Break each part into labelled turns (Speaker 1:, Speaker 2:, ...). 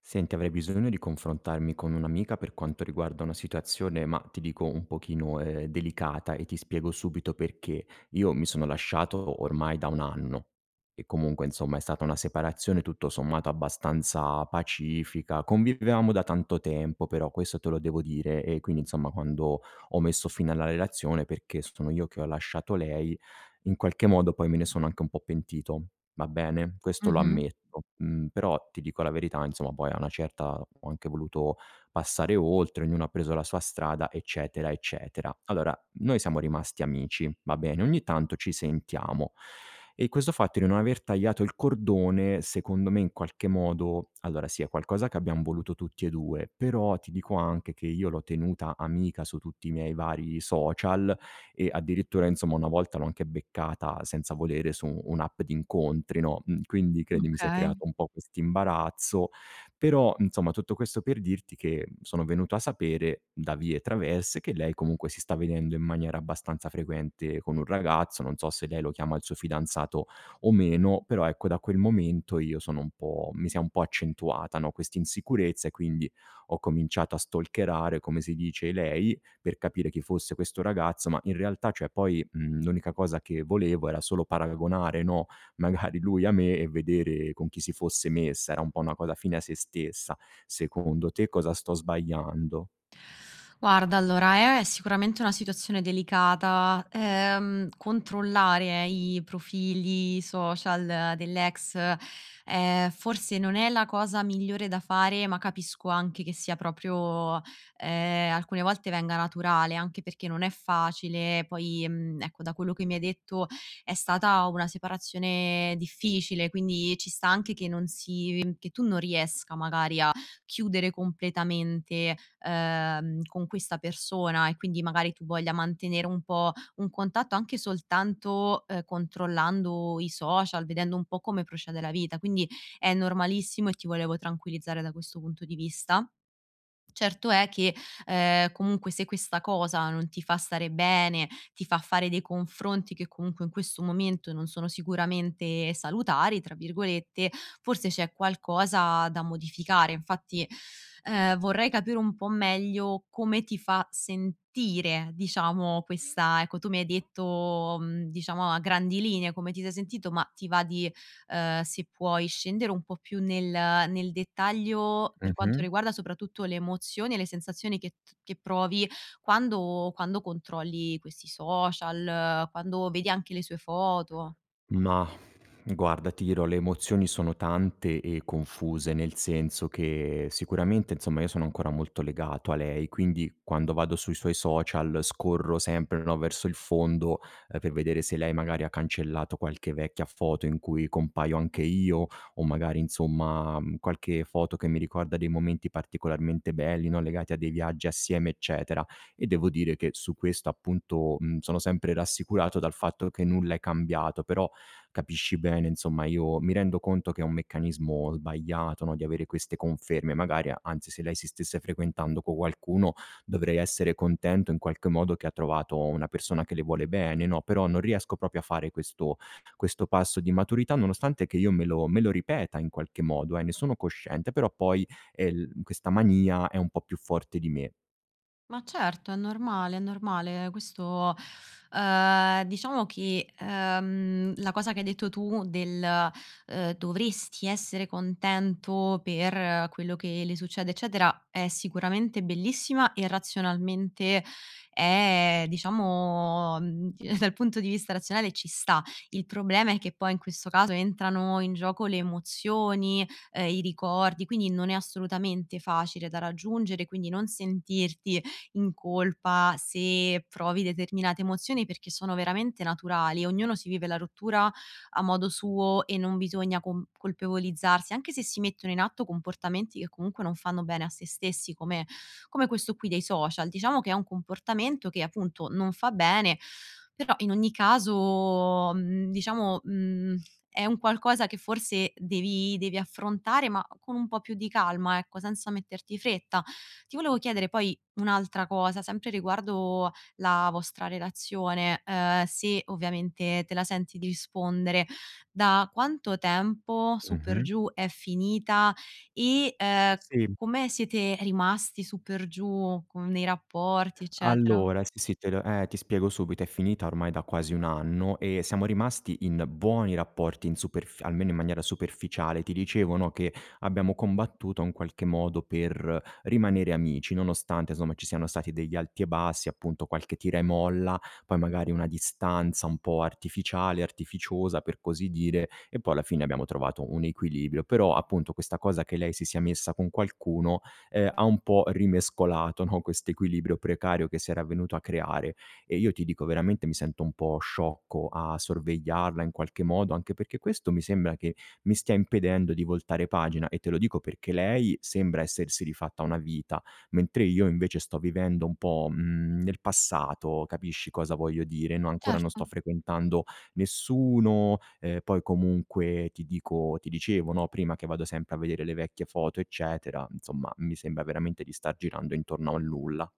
Speaker 1: Senti, avrei bisogno di confrontarmi con un'amica per quanto riguarda una situazione, ma ti dico un pochino delicata e ti spiego subito perché. Io mi sono lasciato ormai da un anno e comunque, insomma, è stata una separazione tutto sommato abbastanza pacifica. Convivevamo da tanto tempo, però questo te lo devo dire e quindi, insomma, quando ho messo fine alla relazione, perché sono io che ho lasciato lei, in qualche modo poi me ne sono anche un po' pentito. Va bene, questo lo
Speaker 2: Mh-mh,
Speaker 1: ammetto. Mhmm. Però ti dico la verità, insomma, poi a una certa ho anche voluto passare oltre, ognuno ha preso la sua strada, eccetera, eccetera. Allora, noi siamo rimasti amici, va bene, ogni tanto ci sentiamo e questo fatto di non aver tagliato il cordone, secondo me in qualche modo allora sì, è qualcosa che abbiam voluto tutti e 2, però ti dico anche che io l'ho tenuta amica su tutti i miei vari social e addirittura insomma una volta l'ho anche beccata senza volere su un'app di incontri, no, mhmm, quindi credimi si è
Speaker 2: okay.
Speaker 1: creato un po' quest'imbarazzo, però insomma tutto questo per dirti che sono venuto a sapere da vie traverse che lei comunque si sta vedendo in maniera abbastanza frequente con un ragazzo, non so se lei lo chiama il suo fidanzato o meno, però ecco da quel momento io sono un po' mi si è un po' accentuata, no, quest'insicurezza e quindi ho cominciato a stalkerare, come si dice, lei per capire chi fosse questo ragazzo, ma in realtà, cioè poi, mhmm, l'unica cosa che volevo era solo paragonare, no, magari lui a me e vedere con chi si fosse messa, era un po' una cosa fine a sé stessa. Secondo te cosa sto sbagliando?
Speaker 2: Guarda, allora è sicuramente una situazione delicata. Controllare i profili social dell'ex, forse non è la cosa migliore da fare, ma capisco anche che sia proprio alcune volte venga naturale, anche perché non è facile. Poi, mhmm, ecco, da quello che mi hai detto è stata una separazione difficile, quindi ci sta anche che non si che tu non riesca magari a chiudere completamente, con questa persona e quindi magari tu voglia mantenere un po' un contatto anche soltanto, controllando i social, vedendo un po' come procede la vita. Quindi è normalissimo e ti volevo tranquillizzare da questo punto di vista. Certo è che, comunque se questa cosa non ti fa stare bene, ti fa fare dei confronti che comunque in questo momento non sono sicuramente "salutari", tra virgolette, forse c'è qualcosa da modificare. Infatti, vorrei capire un po' meglio come ti fa sentire, diciamo, questa ecco tu mi hai detto, mhmm, diciamo a grandi linee come ti sei sentito, ma ti va di se puoi scendere un po' più nel dettaglio per quanto
Speaker 1: Mh-mh.
Speaker 2: riguarda soprattutto le emozioni e le sensazioni che provi quando controlli questi social, quando vedi anche le sue foto.
Speaker 1: Mah, guarda, ti dirò, le emozioni sono tante e confuse, nel senso che sicuramente, insomma, io sono ancora molto legato a lei, quindi quando vado sui suoi social scorro sempre, no, verso il fondo, per vedere se lei magari ha cancellato qualche vecchia foto in cui compaio anche io, o magari insomma, mhmm, qualche foto che mi ricorda dei momenti particolarmente belli, no, legati a dei viaggi assieme, eccetera. E devo dire che su questo appunto, mhmm, sono sempre rassicurato dal fatto che nulla è cambiato, però capisci bene, insomma io mi rendo conto che è un meccanismo sbagliato, no, di avere queste conferme, magari anzi se lei si stesse frequentando con qualcuno dovrei essere contento in qualche modo che ha trovato una persona che le vuole bene, no, però non riesco proprio a fare questo passo di maturità nonostante che io me lo ripeta in qualche modo, ne sono cosciente, però poi, l questa mania è un po' più forte di me.
Speaker 2: Ma certo, è normale, è normale. Questo, diciamo che, la cosa che hai detto tu del, dovresti essere contento per quello che le succede, eccetera, è sicuramente bellissima e razionalmente è diciamo, mhmm, dal punto di vista razionale ci sta. Il problema è che poi in questo caso entrano in gioco le emozioni, i ricordi, quindi non è assolutamente facile da raggiungere, quindi non sentirti in colpa, se provi determinate emozioni, perché sono veramente naturali. Ognuno si vive la rottura a modo suo e non bisogna colpevolizzarsi, anche se si mettono in atto comportamenti che comunque non fanno bene a se stessi, come questo qui dei social. Diciamo che è un comportamento che appunto non fa bene, però in ogni caso, diciamo, è un qualcosa che forse devi affrontare, ma con un po' più di calma, ecco, senza metterti fretta. Ti volevo chiedere poi un'altra cosa, sempre riguardo la vostra relazione, se ovviamente te la senti di rispondere, da quanto tempo su per
Speaker 1: Mh-mh.
Speaker 2: giù è finita e,
Speaker 1: Sì.
Speaker 2: come siete rimasti su per giù con nei rapporti, eccetera?
Speaker 1: Allora, sì, sì, te lo ti spiego subito, è finita ormai da quasi 1 anno e siamo rimasti in buoni rapporti, in superf almeno in maniera superficiale. Ti dicevo, no, che abbiamo combattuto in qualche modo per rimanere amici, nonostante insomma ci siano stati degli alti e bassi, appunto qualche tira e molla, poi magari una distanza un po' artificiosa per così dire, e poi alla fine abbiamo trovato un equilibrio. Però appunto questa cosa che lei si sia messa con qualcuno ha un po' rimescolato, no, questo equilibrio precario che si era venuto a creare. E io ti dico veramente mi sento un po' sciocco a sorvegliarla in qualche modo, anche perché questo mi sembra che mi stia impedendo di voltare pagina e te lo dico perché lei sembra essersi rifatta una vita, mentre io invece sto vivendo un po', mhmm, nel passato, capisci cosa voglio dire, no, ancora non
Speaker 2: Certo.
Speaker 1: sto frequentando nessuno, poi comunque ti dicevo, no, prima che vado sempre a vedere le vecchie foto, eccetera, insomma mi sembra veramente di star girando intorno a un nulla.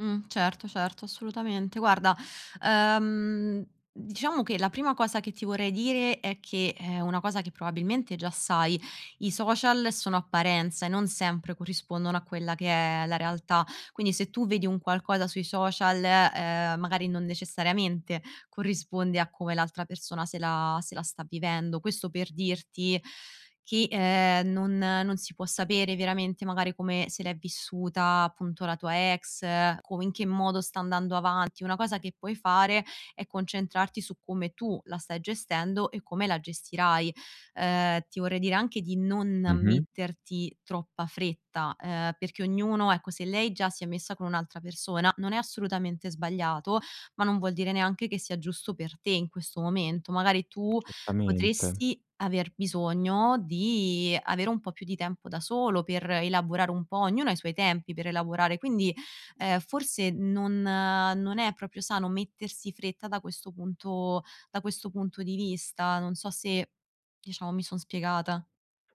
Speaker 2: Certo, certo, assolutamente. Guarda, ehm, diciamo che la prima cosa che ti vorrei dire è che è una cosa che probabilmente già sai, i social sono apparenza e non sempre corrispondono a quella che è la realtà. Quindi se tu vedi un qualcosa sui social, magari non necessariamente corrisponde a come l'altra persona se la sta vivendo. Questo per dirti che, non si può sapere veramente magari come se l'è vissuta appunto la tua ex, come in che modo sta andando avanti. Una cosa che puoi fare è concentrarti su come tu la stai gestendo e come la gestirai. Ti vorrei dire anche di non
Speaker 1: Mh-mh.
Speaker 2: metterti troppa fretta, perché ognuno ecco, se lei già si è messa con un'altra persona non è assolutamente sbagliato, ma non vuol dire neanche che sia giusto per te in questo momento. Magari tu
Speaker 1: Certamente.
Speaker 2: potresti aver bisogno di avere un po' più di tempo da solo per elaborare un po', ognuno ha i suoi tempi per elaborare, quindi, forse non è proprio sano mettersi fretta da questo punto di vista. Non so se, diciamo, mi son spiegata.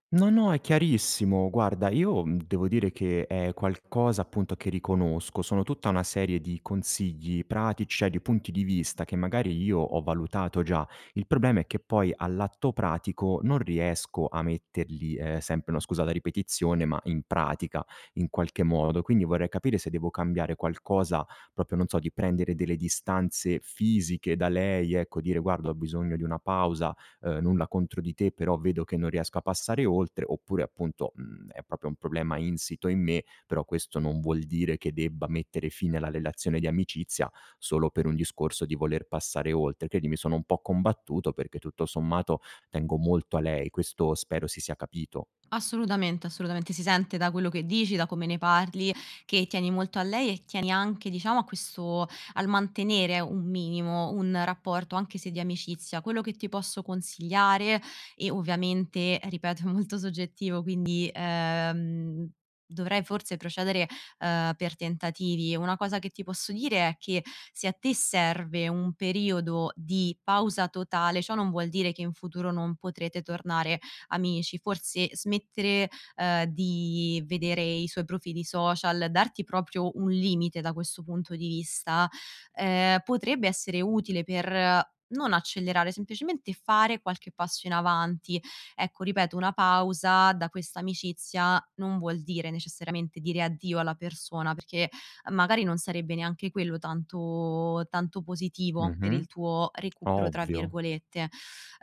Speaker 1: No, no, è chiarissimo. Guarda, io, mhmm, devo dire che è qualcosa appunto che riconosco. Sono tutta una serie di consigli pratici, cioè di punti di vista che magari io ho valutato già. Il problema è che poi all'atto pratico non riesco a metterli, sempre no, scusa la ripetizione, ma in pratica in qualche modo. Quindi vorrei capire se devo cambiare qualcosa, proprio non so, di prendere delle distanze fisiche da lei, ecco, dire: "Guarda, ho bisogno di una pausa." Nulla contro di te, però vedo che non riesco a passare oltre, oppure appunto, mhmm, è proprio un problema insito in me, però questo non vuol dire che debba mettere fine alla relazione di amicizia solo per un discorso di voler passare oltre. Quindi mi sono un po' combattuto perché tutto sommato tengo molto a lei, questo spero si sia capito.
Speaker 2: Assolutamente, assolutamente. Si sente da quello che dici, da come ne parli, che tieni molto a lei e tieni anche, diciamo, a questo al mantenere un minimo, un rapporto anche se di amicizia. Quello che ti posso consigliare e ovviamente, ripeto, è molto soggettivo, quindi dovrei forse procedere per tentativi. Una cosa che ti posso dire è che se a te serve un periodo di pausa totale, ciò non vuol dire che in futuro non potrete tornare amici, forse smettere, di vedere i suoi profili social, darti proprio un limite da questo punto di vista, potrebbe essere utile per non accelerare, semplicemente fare qualche passo in avanti. Ecco, ripeto, una pausa da questa amicizia non vuol dire necessariamente dire addio alla persona, perché magari non sarebbe neanche quello tanto tanto positivo per
Speaker 1: Mh-mh.
Speaker 2: il tuo "recupero" tra
Speaker 1: Ovvio.
Speaker 2: virgolette.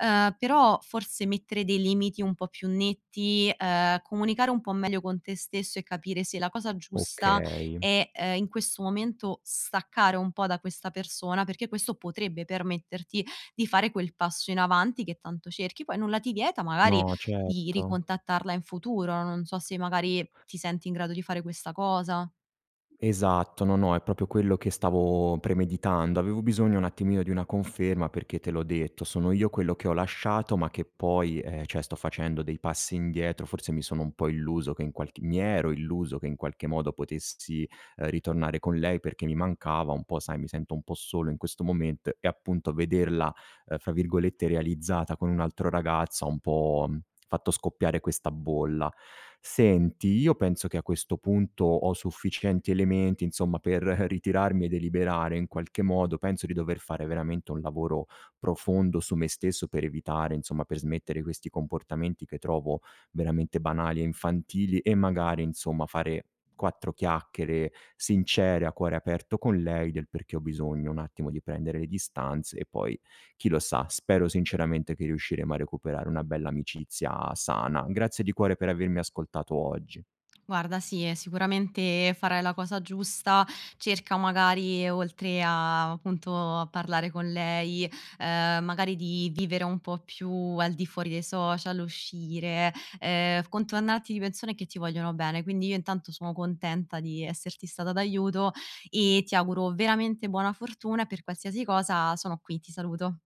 Speaker 2: Però forse mettere dei limiti un po' più netti, comunicare un po' meglio con te stesso e capire se la cosa giusta
Speaker 1: Okay.
Speaker 2: è, in questo momento staccare un po' da questa persona, perché questo potrebbe permetterti di fare quel passo in avanti che tanto cerchi. Poi nulla ti vieta magari
Speaker 1: No,
Speaker 2: di
Speaker 1: certo.
Speaker 2: ricontattarla in futuro, non so se magari ti senti in grado di fare questa cosa.
Speaker 1: Esatto, no, no, è proprio quello che stavo premeditando. Avevo bisogno un attimino di una conferma perché te l'ho detto, sono io quello che ho lasciato, ma che poi, cioè sto facendo dei passi indietro, forse mi ero illuso che in qualche modo potessi, ritornare con lei perché mi mancava un po', sai, mi sento un po' solo in questo moment e appunto vederla fra virgolette, "realizzata" con un altro ragazzo, ha un po', mhmm, fatto scoppiare questa bolla. Senti, io penso che a questo punto ho sufficienti elementi, insomma, per ritirarmi e deliberare in qualche modo. Penso di dover fare veramente un lavoro profondo su me stesso per evitare, insomma per smettere questi comportamenti che trovo veramente banali e infantili e magari, insomma, fare 4 chiacchiere sincere, a cuore aperto con lei del perché ho bisogno un attimo di prendere le distanze e poi chi lo sa, spero sinceramente che riusciremo a recuperare una bella amicizia sana. Grazie di cuore per avermi ascoltato oggi.
Speaker 2: Guarda, sì, sicuramente farai la cosa giusta. Cerca magari, oltre a appunto a parlare con lei, magari di vivere un po' più al di fuori dei social, uscire, contornarti di persone che ti vogliono bene. Quindi io intanto sono contenta di esserti stata d'aiuto e ti auguro veramente buona fortuna e per qualsiasi cosa sono qui, ti saluto.